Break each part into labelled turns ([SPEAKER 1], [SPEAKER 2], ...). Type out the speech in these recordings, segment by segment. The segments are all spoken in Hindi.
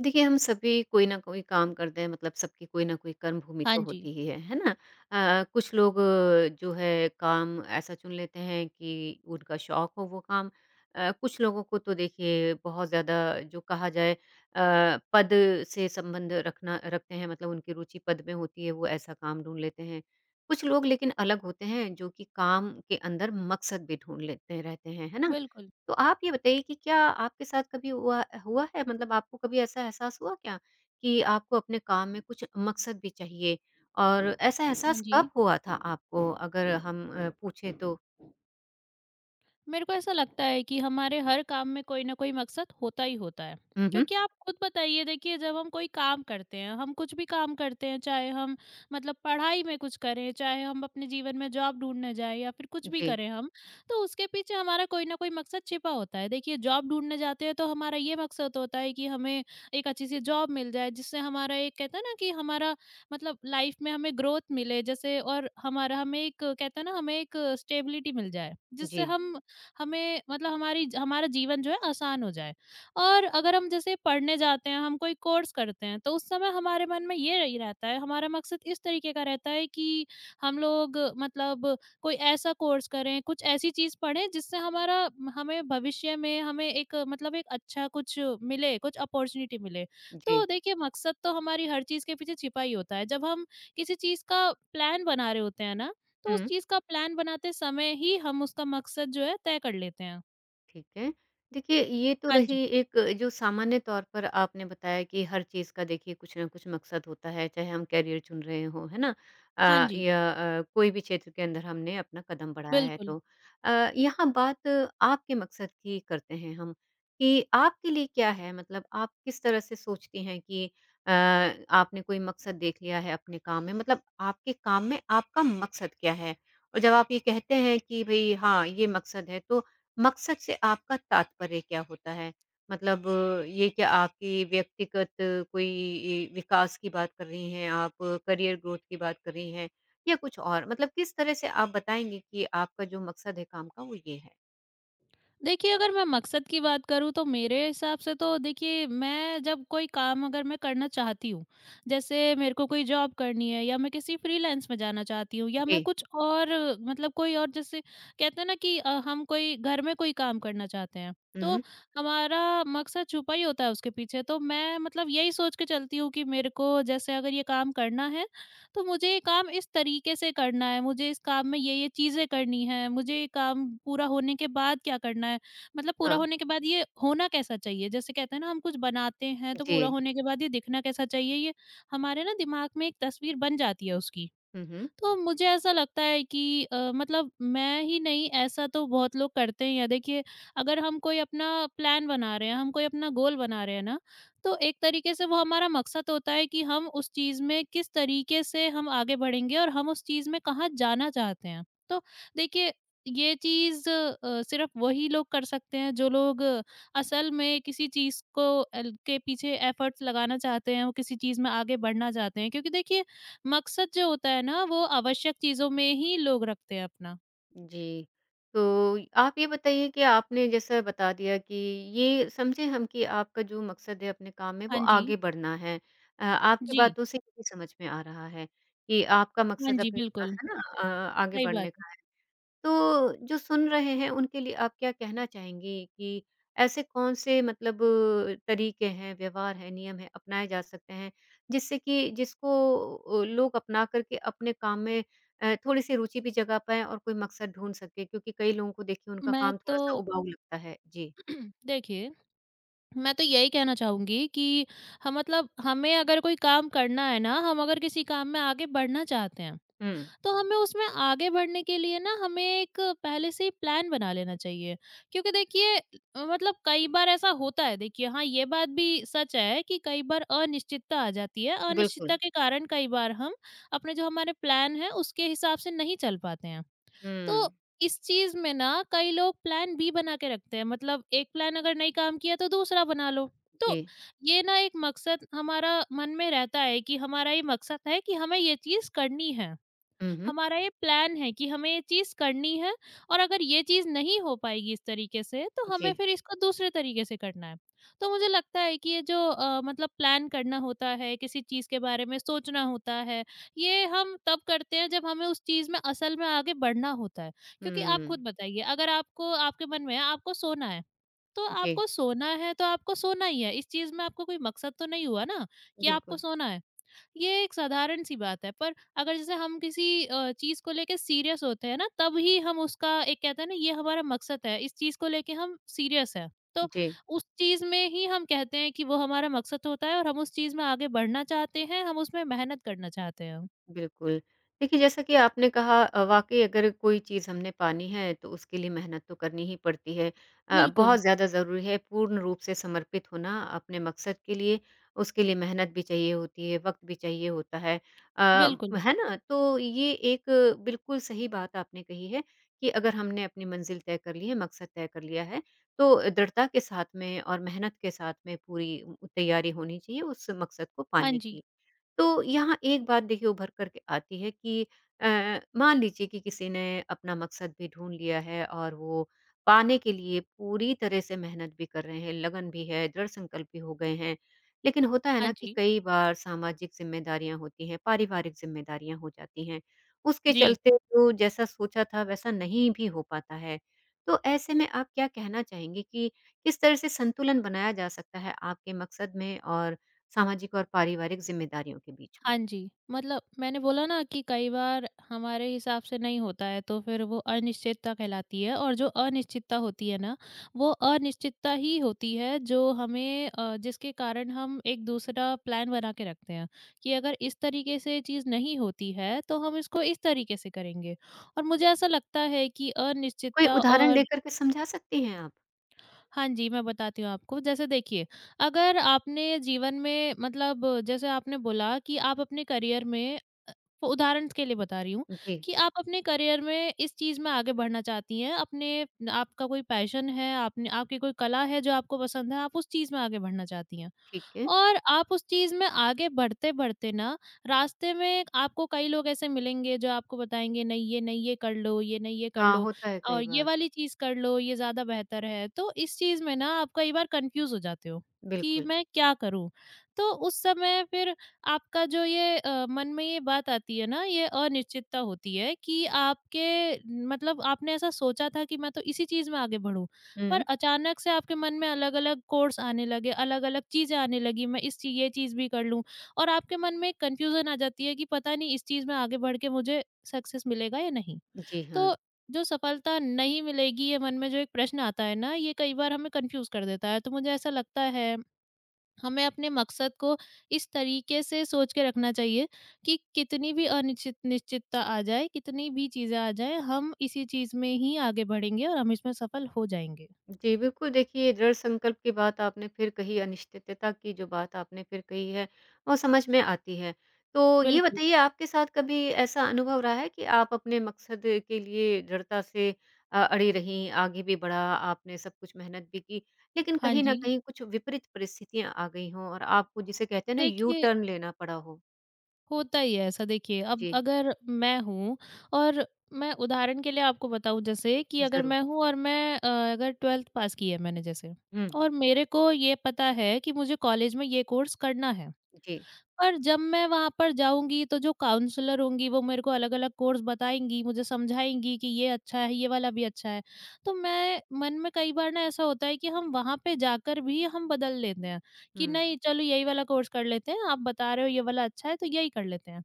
[SPEAKER 1] देखिए, हम सभी कोई ना कोई काम करते हैं मतलब सबकी कोई ना कोई कर्मभूमि
[SPEAKER 2] हाँ
[SPEAKER 1] तो
[SPEAKER 2] जी,
[SPEAKER 1] होती ही है ना? कुछ लोग जो है काम ऐसा चुन लेते हैं कि उनका शौक हो वो काम। कुछ लोगों को तो देखिए बहुत ज़्यादा जो कहा जाए पद से संबंध रखना रखते हैं मतलब उनकी रुचि पद में होती है, वो ऐसा काम ढूँढ लेते हैं। कुछ लोग लेकिन अलग होते हैं जो कि काम के अंदर मकसद भी ढूँढ लेते रहते हैं, है ना?
[SPEAKER 2] बिल्कुल।
[SPEAKER 1] तो आप ये बताइए कि क्या आपके साथ कभी हुआ हुआ है मतलब आपको कभी ऐसा एहसास हुआ क्या कि आपको अपने काम में कुछ मकसद भी चाहिए और ऐसा
[SPEAKER 2] हाँ
[SPEAKER 1] एहसास
[SPEAKER 2] जी।
[SPEAKER 1] कब हुआ था आपको अगर हम पूछे तो?
[SPEAKER 2] मेरे को ऐसा लगता है कि हमारे हर काम में कोई ना कोई मकसद होता ही होता है,
[SPEAKER 1] हुँ, हुँ।
[SPEAKER 2] क्योंकि आप खुद बताइए देखिए, जब हम कोई काम करते हैं, हम कुछ भी काम करते हैं, चाहे हम मतलब पढ़ाई में कुछ करें, चाहे हम अपने जीवन में जॉब ढूंढने जाएं या फिर कुछ भी
[SPEAKER 1] जी,
[SPEAKER 2] करें हम, तो उसके पीछे हमारा कोई ना कोई मकसद छिपा होता है। देखिए, जॉब ढूंढने जाते हैं तो हमारा ये मकसद होता है कि हमें एक अच्छी सी जॉब मिल जाए, जिससे हमारा एक कहते हैं ना कि हमारा मतलब लाइफ में हमें ग्रोथ मिले, जैसे और हमारा हमें एक कहते हैं ना, हमें एक स्टेबिलिटी मिल जाए, जिससे
[SPEAKER 1] जी,
[SPEAKER 2] हम हमें मतलब हमारी हमारा जीवन जो है आसान हो जाए। और अगर हम जैसे पढ़ने जाते हैं, हम कोई कोर्स करते हैं, तो उस समय हमारे मन में ये रही रहता है, हमारा मकसद इस तरीके का रहता है कि हम लोग मतलब कोई ऐसा कोर्स करें, कुछ ऐसी चीज़ पढ़ें जिससे हमारा हमें भविष्य में हमें एक मतलब एक अच्छा कुछ मिले, कुछ अपॉर्च्युनिटी मिले।
[SPEAKER 1] जी।
[SPEAKER 2] तो देखिए, मकसद तो हमारी हर चीज़ के पीछे छिपा ही होता है। जब हम किसी चीज़ का प्लान बना रहे होते हैं ना, तो उस
[SPEAKER 1] हुँ।
[SPEAKER 2] चीज़ का प्लान बनाते समय ही हम उसका मकसद जो है तय कर लेते हैं।
[SPEAKER 1] ठीक है। देखिए, ये तो
[SPEAKER 2] हाँ
[SPEAKER 1] रही
[SPEAKER 2] जी।
[SPEAKER 1] एक जो सामान्य तौर पर आपने बताया कि हर चीज़ का देखिए कुछ ना कुछ मकसद होता है, चाहे हम करियर चुन रहे हों, है ना?
[SPEAKER 2] हाँ जी,
[SPEAKER 1] या कोई भी क्षेत्र के अंदर हमने अपना कदम बढ़ाया है
[SPEAKER 2] बिल्कुल।
[SPEAKER 1] तो। अ, यहाँ बात आपके मकसद की करते हैं हम, कि आपके लिए क्या है? मतलब आप किस तरह से सोचती हैं कि अ, आपने कोई मकसद देख लिया है अपने काम में, मतलब आपके काम में आपका मकसद क्या है? और जब आप ये कहते हैं कि भई हाँ, ये मकसद है, तो मकसद से आपका तात्पर्य क्या होता है? मतलब ये क्या आपकी व्यक्तिगत कोई विकास की बात कर रही हैं आप, करियर ग्रोथ की बात कर रही हैं या कुछ और? मतलब किस तरह से आप बताएँगी कि आपका जो मकसद है काम का वो ये है?
[SPEAKER 2] देखिए, अगर मैं मकसद की बात करूँ तो मेरे हिसाब से तो देखिए, मैं जब कोई काम, अगर मैं करना चाहती हूँ, जैसे मेरे को कोई जॉब करनी है या मैं किसी फ्रीलांस में जाना चाहती हूँ या मैं
[SPEAKER 1] जी।
[SPEAKER 2] कुछ और मतलब कोई और, जैसे कहते हैं ना कि हम कोई घर में कोई काम करना चाहते हैं,
[SPEAKER 1] हुँ,
[SPEAKER 2] तो
[SPEAKER 1] हुँ।
[SPEAKER 2] हमारा मकसद छुपा ही होता है उसके पीछे। तो मैं मतलब यही सोच के चलती हूँ कि मेरे को, जैसे अगर ये काम करना है तो मुझे ये काम इस तरीके से करना है, मुझे इस काम में ये-ये चीज़ें करनी हैं, मुझे ये काम पूरा होने के बाद क्या करना है? मतलब पूरा
[SPEAKER 1] हाँ।
[SPEAKER 2] होने के बाद ये होना कैसा चाहिए? जैसे कहते हैं ना, हम कुछ बनाते हैं, तो
[SPEAKER 1] जी।
[SPEAKER 2] पूरा होने के बाद ये दिखना कैसा चाहिए? ये हमारे ना दिमाग में एक तस्वीर बन जाती है उसकी।
[SPEAKER 1] हुँ, हुँ।
[SPEAKER 2] तो मुझे ऐसा लगता है कि मतलब मैं ही नहीं, ऐसा तो बहुत लोग करते ही हैं। या देखिए, अगर हम कोई अपना प्लान बना रहे हैं, हम कोई अपना गोल बना रहे हैं ना, तो एक तरीके से वो हमारा मकसद होता है कि हम उस चीज़ में किस तरीके से हम आगे बढ़ेंगे और हम उस चीज़ में कहाँ जाना चाहते हैं। तो देखिए, ये चीज़ सिर्फ वही लोग कर सकते हैं जो लोग असल में किसी चीज़ को अल के पीछे एफर्ट्स लगाना चाहते हैं, वो किसी चीज़ में आगे बढ़ना चाहते हैं। क्योंकि देखिए, मकसद जो होता है ना, वो आवश्यक चीज़ों में ही लोग रखते हैं अपना।
[SPEAKER 1] जी। तो आप ये बताइए कि आपने जैसा बता दिया कि ये समझे हम कि आपका जो मकसद है अपने काम में वो
[SPEAKER 2] हाँ जी।
[SPEAKER 1] आगे बढ़ना है। आपकी
[SPEAKER 2] जी।
[SPEAKER 1] बातों से ये भी समझ में आ रहा है कि आपका
[SPEAKER 2] हाँ
[SPEAKER 1] मकसद
[SPEAKER 2] जी,
[SPEAKER 1] अपने
[SPEAKER 2] बिल्कुल,
[SPEAKER 1] है ना आगे
[SPEAKER 2] सही बात
[SPEAKER 1] बढ़ने
[SPEAKER 2] है।
[SPEAKER 1] का है। तो जो सुन रहे हैं उनके लिए आप क्या कहना चाहेंगी कि ऐसे कौन से मतलब तरीके हैं, व्यवहार है, नियम है अपनाए जा सकते हैं जिससे कि जिसको लोग अपना कर के अपने काम में थोड़ी-सी रुचि भी जगा पाएँ और कोई मकसद ढूँढ सके क्योंकि कई लोगों को देखिए उनका
[SPEAKER 2] मैं
[SPEAKER 1] काम
[SPEAKER 2] तो
[SPEAKER 1] थोड़ा-सा उबाऊ लगता है। जी।
[SPEAKER 2] देखिए, मैं तो यही कहना चाहूँगी कि ह मतलब हमें अगर कोई काम करना है ना, हम अगर किसी काम में आगे बढ़ना चाहते हैं
[SPEAKER 1] हुँ,
[SPEAKER 2] तो हमें उसमें आगे बढ़ने के लिए ना, हमें एक पहले से ही प्लान बना लेना चाहिए, क्योंकि देखिए मतलब कई बार ऐसा होता है, देखिए हाँ ये बात भी सच है कि कई बार अनिश्चितता आ जाती है, अनिश्चितता
[SPEAKER 1] बिल्कुल।
[SPEAKER 2] के कारण कई बार हम अपने जो हमारे प्लान है उसके हिसाब से नहीं चल पाते हैं। तो
[SPEAKER 1] हुँ।
[SPEAKER 2] इस चीज में ना, कई लोग प्लान बी बना के रखते हैं, मतलब एक प्लान अगर नहीं काम किया तो दूसरा बना लो। तो
[SPEAKER 1] जी।
[SPEAKER 2] ये ना एक मकसद हमारा मन में रहता है कि हमारा ये मकसद है कि हमें ये चीज करनी है,
[SPEAKER 1] हुँ, हुँ।
[SPEAKER 2] हमारा ये प्लान है कि हमें ये चीज़ करनी है और अगर ये चीज़ नहीं हो पाएगी इस तरीके से, तो हमें
[SPEAKER 1] जी।
[SPEAKER 2] फिर इसको दूसरे तरीके से करना है। तो मुझे लगता है कि ये जो मतलब प्लान करना होता है, किसी चीज़ के बारे में सोचना होता है, ये हम तब करते हैं जब हमें उस चीज़ में असल में आगे बढ़ना होता है। क्योंकि आप खुद
[SPEAKER 1] हुँ।
[SPEAKER 2] बताइए, अगर आपको आपके मन में है आपको सोना है, तो
[SPEAKER 1] जी,
[SPEAKER 2] आपको सोना है तो आपको सोना ही है। इस चीज़ में आपको कोई मकसद तो नहीं हुआ ना, कि आपको
[SPEAKER 1] बिल्कुल।
[SPEAKER 2] सोना है। ये एक साधारण सी बात है, पर अगर जैसे हम किसी चीज़ को लेके सीरियस होते हैं ना, तब ही हम उसका एक कहते हैं ना, ये हमारा मकसद है, इस चीज़ को लेके हम सीरियस हैं, तो
[SPEAKER 1] जी।
[SPEAKER 2] उस चीज़ में ही हम कहते हैं कि वो हमारा मकसद होता है और हम उस चीज़ में आगे बढ़ना चाहते हैं, हम उसमें मेहनत करना चाहते हैं।
[SPEAKER 1] बिल्कुल। देखिए, जैसा कि आपने कहा वाक़ई अगर कोई चीज़ हमने पानी है, तो उसके लिए मेहनत तो करनी ही पड़ती है।
[SPEAKER 2] बिल्कुल।
[SPEAKER 1] बहुत ज़्यादा ज़रूरी है पूर्ण रूप से समर्पित होना अपने मकसद के लिए, उसके लिए मेहनत भी चाहिए होती है, वक़्त भी चाहिए होता है। अ,
[SPEAKER 2] बिल्कुल।
[SPEAKER 1] है ना? तो ये एक बिल्कुल सही बात आपने कही है कि अगर हमने अपनी मंज़िल तय कर ली है, मकसद तय कर लिया है, तो दृढ़ता के साथ में और मेहनत के साथ में पूरी उ तैयारी होनी चाहिए उस मकसद को
[SPEAKER 2] हाँ
[SPEAKER 1] पाने
[SPEAKER 2] जी।
[SPEAKER 1] की। तो यहाँ एक बात देखिए उभर कर के आती है कि मान लीजिए कि किसी ने अपना मकसद भी ढूँढ लिया है और वो पाने के लिए पूरी तरह से मेहनत भी कर रहे हैं, लगन भी है, दृढ़ संकल्प भी हो गए हैं। लेकिन होता है
[SPEAKER 2] हाँ
[SPEAKER 1] ना कि
[SPEAKER 2] जी।
[SPEAKER 1] कई बार सामाजिक ज़िम्मेदारियाँ होती हैं, पारिवारिक ज़िम्मेदारियाँ हो जाती हैं। उसके
[SPEAKER 2] जी।
[SPEAKER 1] चलते जो जैसा सोचा था वैसा नहीं भी हो पाता है। तो ऐसे में आप क्या कहना चाहेंगे कि किस तरह से संतुलन बनाया जा सकता है आपके मकसद में और सामाजिक और पारिवारिक ज़िम्मेदारियों के बीच में?
[SPEAKER 2] हाँ जी, मतलब मैंने बोला ना कि कई बार हमारे हिसाब से नहीं होता है तो फिर वो अनिश्चितता कहलाती है और जो अनिश्चितता होती है ना, वो अनिश्चितता ही होती है जो हमें जिसके कारण हम एक दूसरा प्लान बना के रखते हैं, कि अगर इस तरीके से चीज़ नहीं होती है तो हम इसको इस तरीके से करेंगे। और मुझे ऐसा लगता है कि
[SPEAKER 1] कोई
[SPEAKER 2] अनिश्चितता
[SPEAKER 1] उदाहरण
[SPEAKER 2] और
[SPEAKER 1] देकर के समझा सकती हैं आप?
[SPEAKER 2] हाँ जी, मैं बताती हूँ आपको। जैसे देखिए, अगर आपने जीवन में मतलब जैसे आपने बोला कि आप अपने करियर में अ, उदाहरण के लिए बता रही हूँ
[SPEAKER 1] जी,
[SPEAKER 2] कि आप अपने करियर में इस चीज़ में आगे बढ़ना चाहती हैं, अपने आपका कोई पैशन है, आपने आपकी कोई कला है जो आपको पसंद है, आप उस चीज़ में आगे बढ़ना चाहती हैं।
[SPEAKER 1] ठीक है।
[SPEAKER 2] और आप उस चीज़ में आगे बढ़ते-बढ़ते ना, रास्ते में आपको कई लोग ऐसे मिलेंगे जो आपको बताएँगे, नहीं ये नहीं ये कर लो, ये नहीं ये कर
[SPEAKER 1] हाँ,
[SPEAKER 2] लो
[SPEAKER 1] होता है कई
[SPEAKER 2] और ये
[SPEAKER 1] बार।
[SPEAKER 2] वाली चीज़ कर लो, ये ज़्यादा बेहतर है। तो इस चीज़ में ना आप कई बार कन्फ्यूज़ हो जाते हो कि
[SPEAKER 1] बिल्कुल।
[SPEAKER 2] मैं क्या करूँ? तो उस समय फिर आपका जो ये मन में ये बात आती है ना, ये अनिश्चितता होती है कि आपके मतलब आपने ऐसा सोचा था कि मैं तो इसी चीज़ में आगे बढ़ूँ। पर
[SPEAKER 1] हुँ।
[SPEAKER 2] अचानक से आपके मन में अलग-अलग कोर्स आने लगे, अलग-अलग चीज़ें आने लगी, मैं इस ची ये चीज़ भी कर लूँ और आपके मन में एक कन्फ्यूज़न आ जाती है कि पता नहीं इस चीज़ में आगे बढ़ के मुझे सक्सेस मिलेगा या नहीं।
[SPEAKER 1] जी, हाँ।
[SPEAKER 2] तो जो सफलता नहीं मिलेगी, ये मन में जो एक प्रश्न आता है ना, ये कई बार हमें कन्फ्यूज़ कर देता है। तो मुझे ऐसा लगता है, हमें अपने मकसद को इस तरीके से सोच के रखना चाहिए कि कितनी भी अनिश्चित निश्चितता आ जाए, कितनी भी चीज़ें आ जाएँ, हम इसी चीज़ में ही आगे बढ़ेंगे और हम इसमें सफल हो जाएँगे।
[SPEAKER 1] जी, बिल्कुल देखिए दृढ़ संकल्प की बात आपने फिर कही, अनिश्चितता की जो बात आपने फिर कही है, वो समझ में आती है। तो ये
[SPEAKER 2] बिल्कुल।
[SPEAKER 1] बताइए आपके साथ कभी ऐसा अनुभव रहा है कि आप अपने मकसद के लिए दृढ़ता से अड़ी रहीं, आगे भी बढ़ा, आपने सब कुछ मेहनत भी की, लेकिन
[SPEAKER 2] हाँ
[SPEAKER 1] कहीं न
[SPEAKER 2] जी।
[SPEAKER 1] कहीं कुछ विपरीत परिस्थितियाँ आ गई हों और आपको जिसे कहते हैं ना यू
[SPEAKER 2] देखिए,
[SPEAKER 1] टर्न लेना पड़ा हो?
[SPEAKER 2] होता ही है ऐसा। देखिए, अब
[SPEAKER 1] जी,
[SPEAKER 2] अगर मैं हूँ और मैं उदाहरण के लिए आपको बताऊँ, जैसे कि अगर
[SPEAKER 1] ज़रूर।
[SPEAKER 2] मैं हूँ और मैं अगर 12th पास की है मैंने, जैसे
[SPEAKER 1] हुँ,
[SPEAKER 2] और मेरे को ये पता है कि मुझे कॉलेज में ये कोर्स करना है।
[SPEAKER 1] जी।
[SPEAKER 2] पर जब मैं वहाँ पर जाऊँगी तो जो काउंसलर होंगी वो मेरे को अलग-अलग कोर्स बताएँगी, मुझे समझाएँगी कि ये अच्छा है, ये वाला भी अच्छा है। तो मैं मन में कई बार ना, ऐसा होता है कि हम वहाँ पे जाकर भी हम बदल लेते हैं, कि
[SPEAKER 1] हुँ,
[SPEAKER 2] नहीं चलो यही वाला कोर्स कर लेते हैं, आप बता रहे हो ये वाला अच्छा है तो यही कर लेते हैं।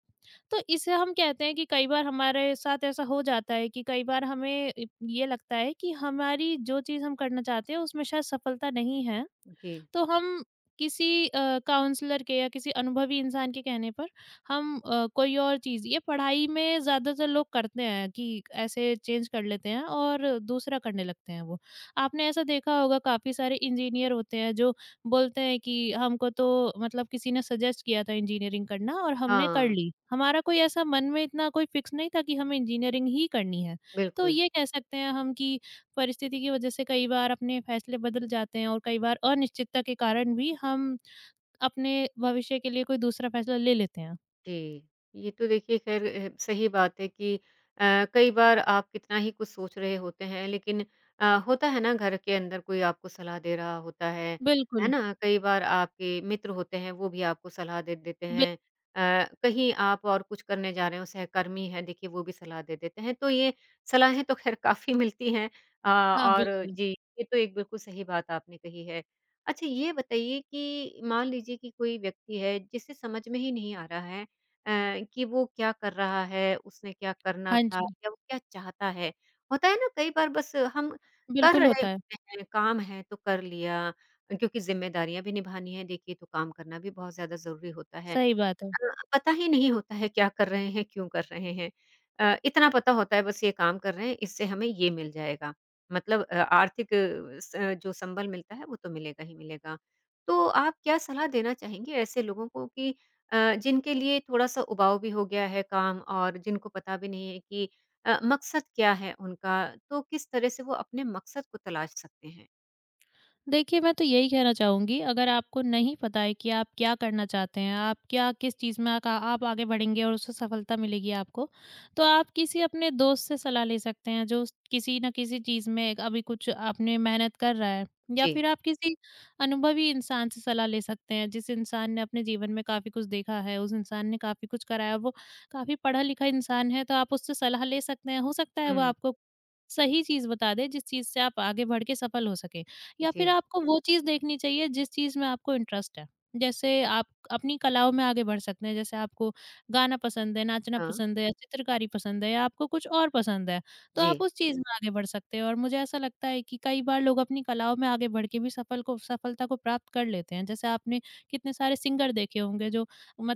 [SPEAKER 2] तो इसे हम कहते हैं कि कई बार हमारे साथ ऐसा हो जाता है कि कई बार हमें इ ये लगता है कि हमारी जो चीज़ हम करना चाहते हैं उसमें शायद सफलता नहीं है।
[SPEAKER 1] जी।
[SPEAKER 2] तो हम किसी काउंसलर के या किसी अनुभवी इंसान के कहने पर हम कोई और चीज़, ये पढ़ाई में ज़्यादातर लोग करते हैं कि ऐसे चेंज कर लेते हैं और दूसरा करने लगते हैं वो। आपने ऐसा देखा होगा, काफ़ी सारे इंजीनियर होते हैं जो बोलते हैं कि हमको तो मतलब किसी ने सजेस्ट किया था इंजीनियरिंग करना और हमने कर
[SPEAKER 1] हाँ,
[SPEAKER 2] ली। हमारा कोई ऐसा मन में इतना कोई फिक्स नहीं था कि हमें इंजीनियरिंग ही करनी है। तो
[SPEAKER 1] बिल्कुल।
[SPEAKER 2] ये कह सकते हैं हम कि परिस्थिति की वजह से कई बार अपने फैसले बदल जाते हैं और कई बार अनिश्चितता के कारण भी हम अपने भविष्य के लिए कोई दूसरा फैसला ले लेते हैं।
[SPEAKER 1] जी, ये तो देखिए ख़ैर सही बात है कि कई बार आप कितना ही कुछ सोच रहे होते हैं लेकिन होता है ना घर के अंदर कोई आपको सलाह दे रहा होता है
[SPEAKER 2] बिल्कुल,
[SPEAKER 1] ना? कई बार आपके मित्र होते हैं वो भी आपको सलाह दे देते
[SPEAKER 2] बिल
[SPEAKER 1] हैं। कहीं आप और कुछ करने जा रहे हो सहकर्मी हैं देखिए वो भी सलाह दे देते हैं, तो ये सलाहें तो ख़ैर काफ़ी मिलती हैं
[SPEAKER 2] हाँ,
[SPEAKER 1] और
[SPEAKER 2] बिल्कुल।
[SPEAKER 1] जी, ये तो एक बिल्कुल सही बात आपने कही है। अच्छा ये बताइए कि मान लीजिए कि कोई व्यक्ति है जिसे समझ में ही नहीं आ रहा है अ, कि वो क्या कर रहा है, उसने क्या करना
[SPEAKER 2] हाँ
[SPEAKER 1] था
[SPEAKER 2] जी,
[SPEAKER 1] या वो क्या चाहता है। होता है ना कई बार बस हम कर
[SPEAKER 2] बिल्कुल
[SPEAKER 1] रहे
[SPEAKER 2] होता है।
[SPEAKER 1] होते हैं, काम है तो कर लिया क्योंकि ज़िम्मेदारियाँ भी निभानी है देखिए तो काम करना भी बहुत ज़्यादा ज़रूरी होता है।
[SPEAKER 2] सही बात है।
[SPEAKER 1] अ, पता ही नहीं होता है क्या कर रहे हैं, क्यों कर रहे हैं। इतना पता होता है बस ये काम कर रहे हैं, इससे हमें ये मिल जाएगा। मतलब आर्थिक जो संबल मिलता है वो तो मिलेगा ही मिलेगा। तो आप क्या सलाह देना चाहेंगे ऐसे लोगों को कि अ, जिनके लिए थोड़ा-सा उबाऊ भी हो गया है काम और जिनको पता भी नहीं है कि मकसद क्या है उनका, तो किस तरह से वो अपने मकसद को तलाश सकते हैं?
[SPEAKER 2] देखिए, मैं तो यही कहना चाहूँगी, अगर आपको नहीं पता है कि आप क्या करना चाहते हैं, आप क्या किस चीज़ में आका आप आगे बढ़ेंगे और उससे सफलता मिलेगी आपको, तो आप किसी अपने दोस्त से सलाह ले सकते हैं, जो किसी न किसी चीज़ में अभी कुछ आपने मेहनत कर रहा है। या
[SPEAKER 1] जी।
[SPEAKER 2] फिर आप किसी अनुभवी इंसान से सलाह ले सकते हैं, जिस इंसान ने अपने जीवन में काफ़ी कुछ देखा है, उस इंसान ने काफ़ी कुछ करा है, वो काफ़ी पढ़ा-लिखा इंसान है, तो आप उससे सलाह ले सकते हैं। हो सकता है, वो
[SPEAKER 1] हुँ।
[SPEAKER 2] आपको सही चीज़ बता दे, जिस चीज़ से आप आगे बढ़ के सफल हो सकें। या
[SPEAKER 1] जी।
[SPEAKER 2] फिर आपको वो चीज़ देखनी चाहिए जिस चीज़ में आपको इंटरेस्ट है। जैसे आप अपनी कलाओं में आगे बढ़ सकते हैं, जैसे आपको गाना पसंद है, नाचना
[SPEAKER 1] हाँ।
[SPEAKER 2] पसंद है या चित्रकारी पसंद है या आपको कुछ और पसंद है, तो
[SPEAKER 1] जी।
[SPEAKER 2] आप उस चीज़ में आगे बढ़ सकते हैं और मुझे ऐसा लगता है कि कई बार लोग अपनी कलाओं में आगे बढ़ के भी सफलता को प्राप्त कर लेते हैं। जैसे आपने कितने सारे सिंगर देखे होंगे जो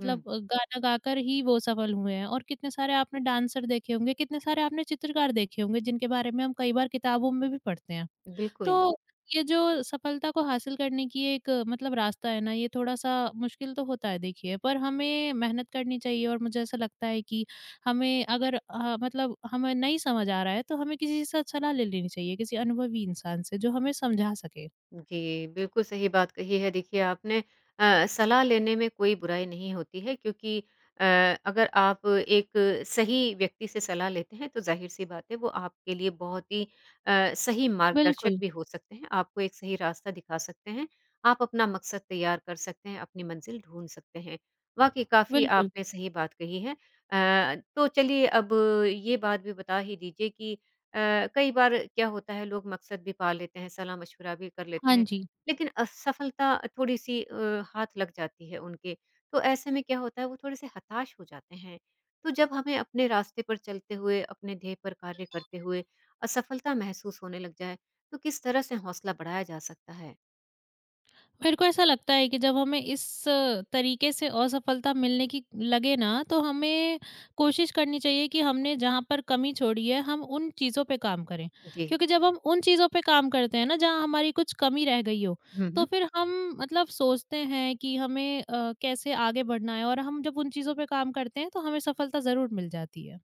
[SPEAKER 1] हुँ,
[SPEAKER 2] गाना गाकर ही वो सफल हुए हैं और कितने सारे आपने डांसर देखे होंगे, कितने सारे आपने चित्रकार देखे होंगे जिनके बारे में हम कई बार किताबों में भी पढ़ते हैं।
[SPEAKER 1] बिल्कुल।
[SPEAKER 2] तो ये जो सफलता को हासिल करने की एक मतलब रास्ता है ना, ये थोड़ा-सा मुश्किल तो होता है देखिए, पर हमें मेहनत करनी चाहिए और मुझे ऐसा लगता है कि हमें अगर मतलब हमें नहीं समझ आ रहा है, तो हमें किसी से सलाह ले लेनी चाहिए, किसी अनुभवी इंसान से जो हमें समझा सके।
[SPEAKER 1] जी, बिल्कुल सही बात कही है देखिए आपने सलाह लेने में कोई बुराई नहीं होती है क्योंकि अ, अगर आप एक सही व्यक्ति से सलाह लेते हैं तो ज़ाहिर-सी बात है वो आपके लिए बहुत ही सही मार्गदर्शक
[SPEAKER 2] बिल्कुल,
[SPEAKER 1] भी हो सकते हैं, आपको एक सही रास्ता दिखा सकते हैं, आप अपना मकसद तैयार कर सकते हैं, अपनी मंजिल ढूँढ सकते हैं। वाक़ई काफ़ी
[SPEAKER 2] बिल्कुल।
[SPEAKER 1] आपने सही बात कही है। तो चलिए अब ये बात भी बता ही दीजिए कि कई बार क्या होता है लोग मकसद भी पा लेते हैं, सलाह-मशवरा भी कर लेते
[SPEAKER 2] हाँ
[SPEAKER 1] हैं,
[SPEAKER 2] जी।
[SPEAKER 1] लेकिन असफलता थोड़ी-सी हाथ लग जाती है उनके। तो ऐसे में क्या होता है वो थोड़े-से हताश हो जाते हैं। तो जब हमें अपने रास्ते पर चलते हुए, अपने ध्येय पर कार्य करते हुए असफलता महसूस होने लग जाए, तो किस तरह से हौसला बढ़ाया जा सकता है?
[SPEAKER 2] मेरे को ऐसा लगता है कि जब हमें इस तरीके से असफलता मिलने की लगे ना, तो हमें कोशिश करनी चाहिए कि हमने जहाँ पर कमी छोड़ी है हम उन चीज़ों पे काम करें,
[SPEAKER 1] जी।
[SPEAKER 2] क्योंकि जब हम उन चीज़ों पे काम करते हैं ना जहाँ हमारी कुछ कमी रह गई हो, तो
[SPEAKER 1] हम्म
[SPEAKER 2] फिर हम मतलब सोचते हैं कि हमें कैसे आगे बढ़ना है और हम जब उन चीज़ों पे काम करते हैं तो हमें सफलता ज़रूर मिल जाती है।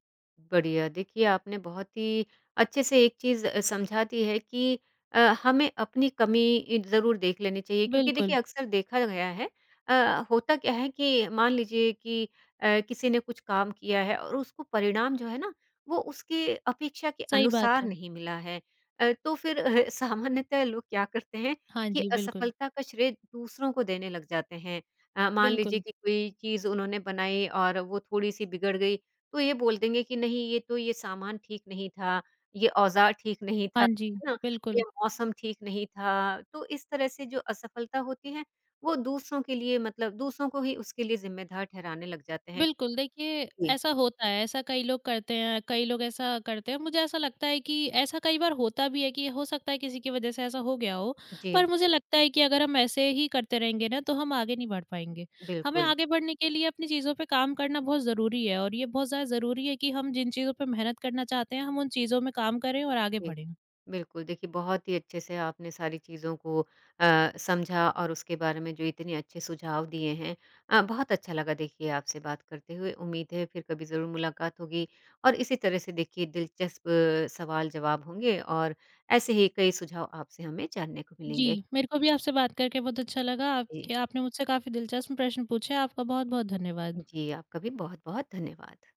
[SPEAKER 1] बढ़िया। देखिए, आपने बहुत ही अच्छे से एक चीज़ समझा दी है कि हमें अपनी कमी इ ज़रूर देख लेनी चाहिए क्योंकि देखिए
[SPEAKER 2] बिल्कुल,
[SPEAKER 1] अक्सर देखा गया है होता क्या है कि मान लीजिए कि किसी ने कुछ काम किया है और उसको परिणाम जो है ना, वो उसके अपेक्षा के
[SPEAKER 2] सही बात
[SPEAKER 1] अनुसार
[SPEAKER 2] है।
[SPEAKER 1] नहीं मिला है। तो फिर सामान्यतः लोग क्या करते हैं
[SPEAKER 2] हाँ
[SPEAKER 1] कि
[SPEAKER 2] जी, बिल्कुल,
[SPEAKER 1] असफलता का श्रेय दूसरों को देने लग जाते हैं। मान लीजिए
[SPEAKER 2] बिल्कुल।
[SPEAKER 1] कि कोई चीज़ उन्होंने बनाई और वो थोड़ी-सी बिगड़ गई तो ये बोल देंगे कि नहीं ये तो ये सामान ठीक नहीं था, ये औज़ार ठीक नहीं था,
[SPEAKER 2] हाँ जी,
[SPEAKER 1] है ना? ये
[SPEAKER 2] बिल्कुल।
[SPEAKER 1] मौसम ठीक नहीं था। तो इस तरह से जो असफलता होती है, वो दूसरों के लिए मतलब दूसरों को ही उसके लिए ज़िम्मेदार ठहराने लग जाते हैं।
[SPEAKER 2] बिल्कुल, देखिए
[SPEAKER 1] जी।
[SPEAKER 2] ऐसा होता है, ऐसा कई लोग करते हैं, कई लोग ऐसा करते हैं। मुझे ऐसा लगता है कि ऐसा कई बार होता भी है कि हो सकता है किसी की वजह से ऐसा हो गया हो,
[SPEAKER 1] जी,
[SPEAKER 2] पर मुझे लगता है कि अगर हम ऐसे ही करते रहेंगे ना, तो हम आगे नहीं बढ़ पाएँगे। हमें
[SPEAKER 1] बिल्कुल।
[SPEAKER 2] आगे बढ़ने के लिए अपनी चीज़ों पे काम करना बहुत ज़रूरी है और ये बहुत ज़्यादा ज़रूरी है कि हम जिन चीज़ों पे मेहनत करना चाहते हैं, हम उन चीज़ों में काम करें और आगे
[SPEAKER 1] जी।
[SPEAKER 2] बढ़ें।
[SPEAKER 1] बिल्कुल, देखिए बहुत ही अच्छे से आपने सारी चीज़ों को समझा और उसके बारे में जो इतने अच्छे सुझाव दिए हैं बहुत अच्छा लगा देखिए आपसे बात करते हुए। उम्मीद है फिर कभी ज़रूर मुलाकात होगी और इसी तरह से देखिए दिलचस्प सवाल जवाब होंगे और ऐसे ही कई सुझाव आपसे हमें जानने को
[SPEAKER 2] जी,
[SPEAKER 1] मिलेंगे।
[SPEAKER 2] मेरे को भी आपसे बात करके बहुत अच्छा लगा।
[SPEAKER 1] जी,
[SPEAKER 2] आपके आपने मुझसे काफ़ी दिलचस्प प्रश्न पूछे। आपका बहुत-बहुत धन्यवाद।
[SPEAKER 1] जी आपका भी बहुत-बहुत धन्यवाद।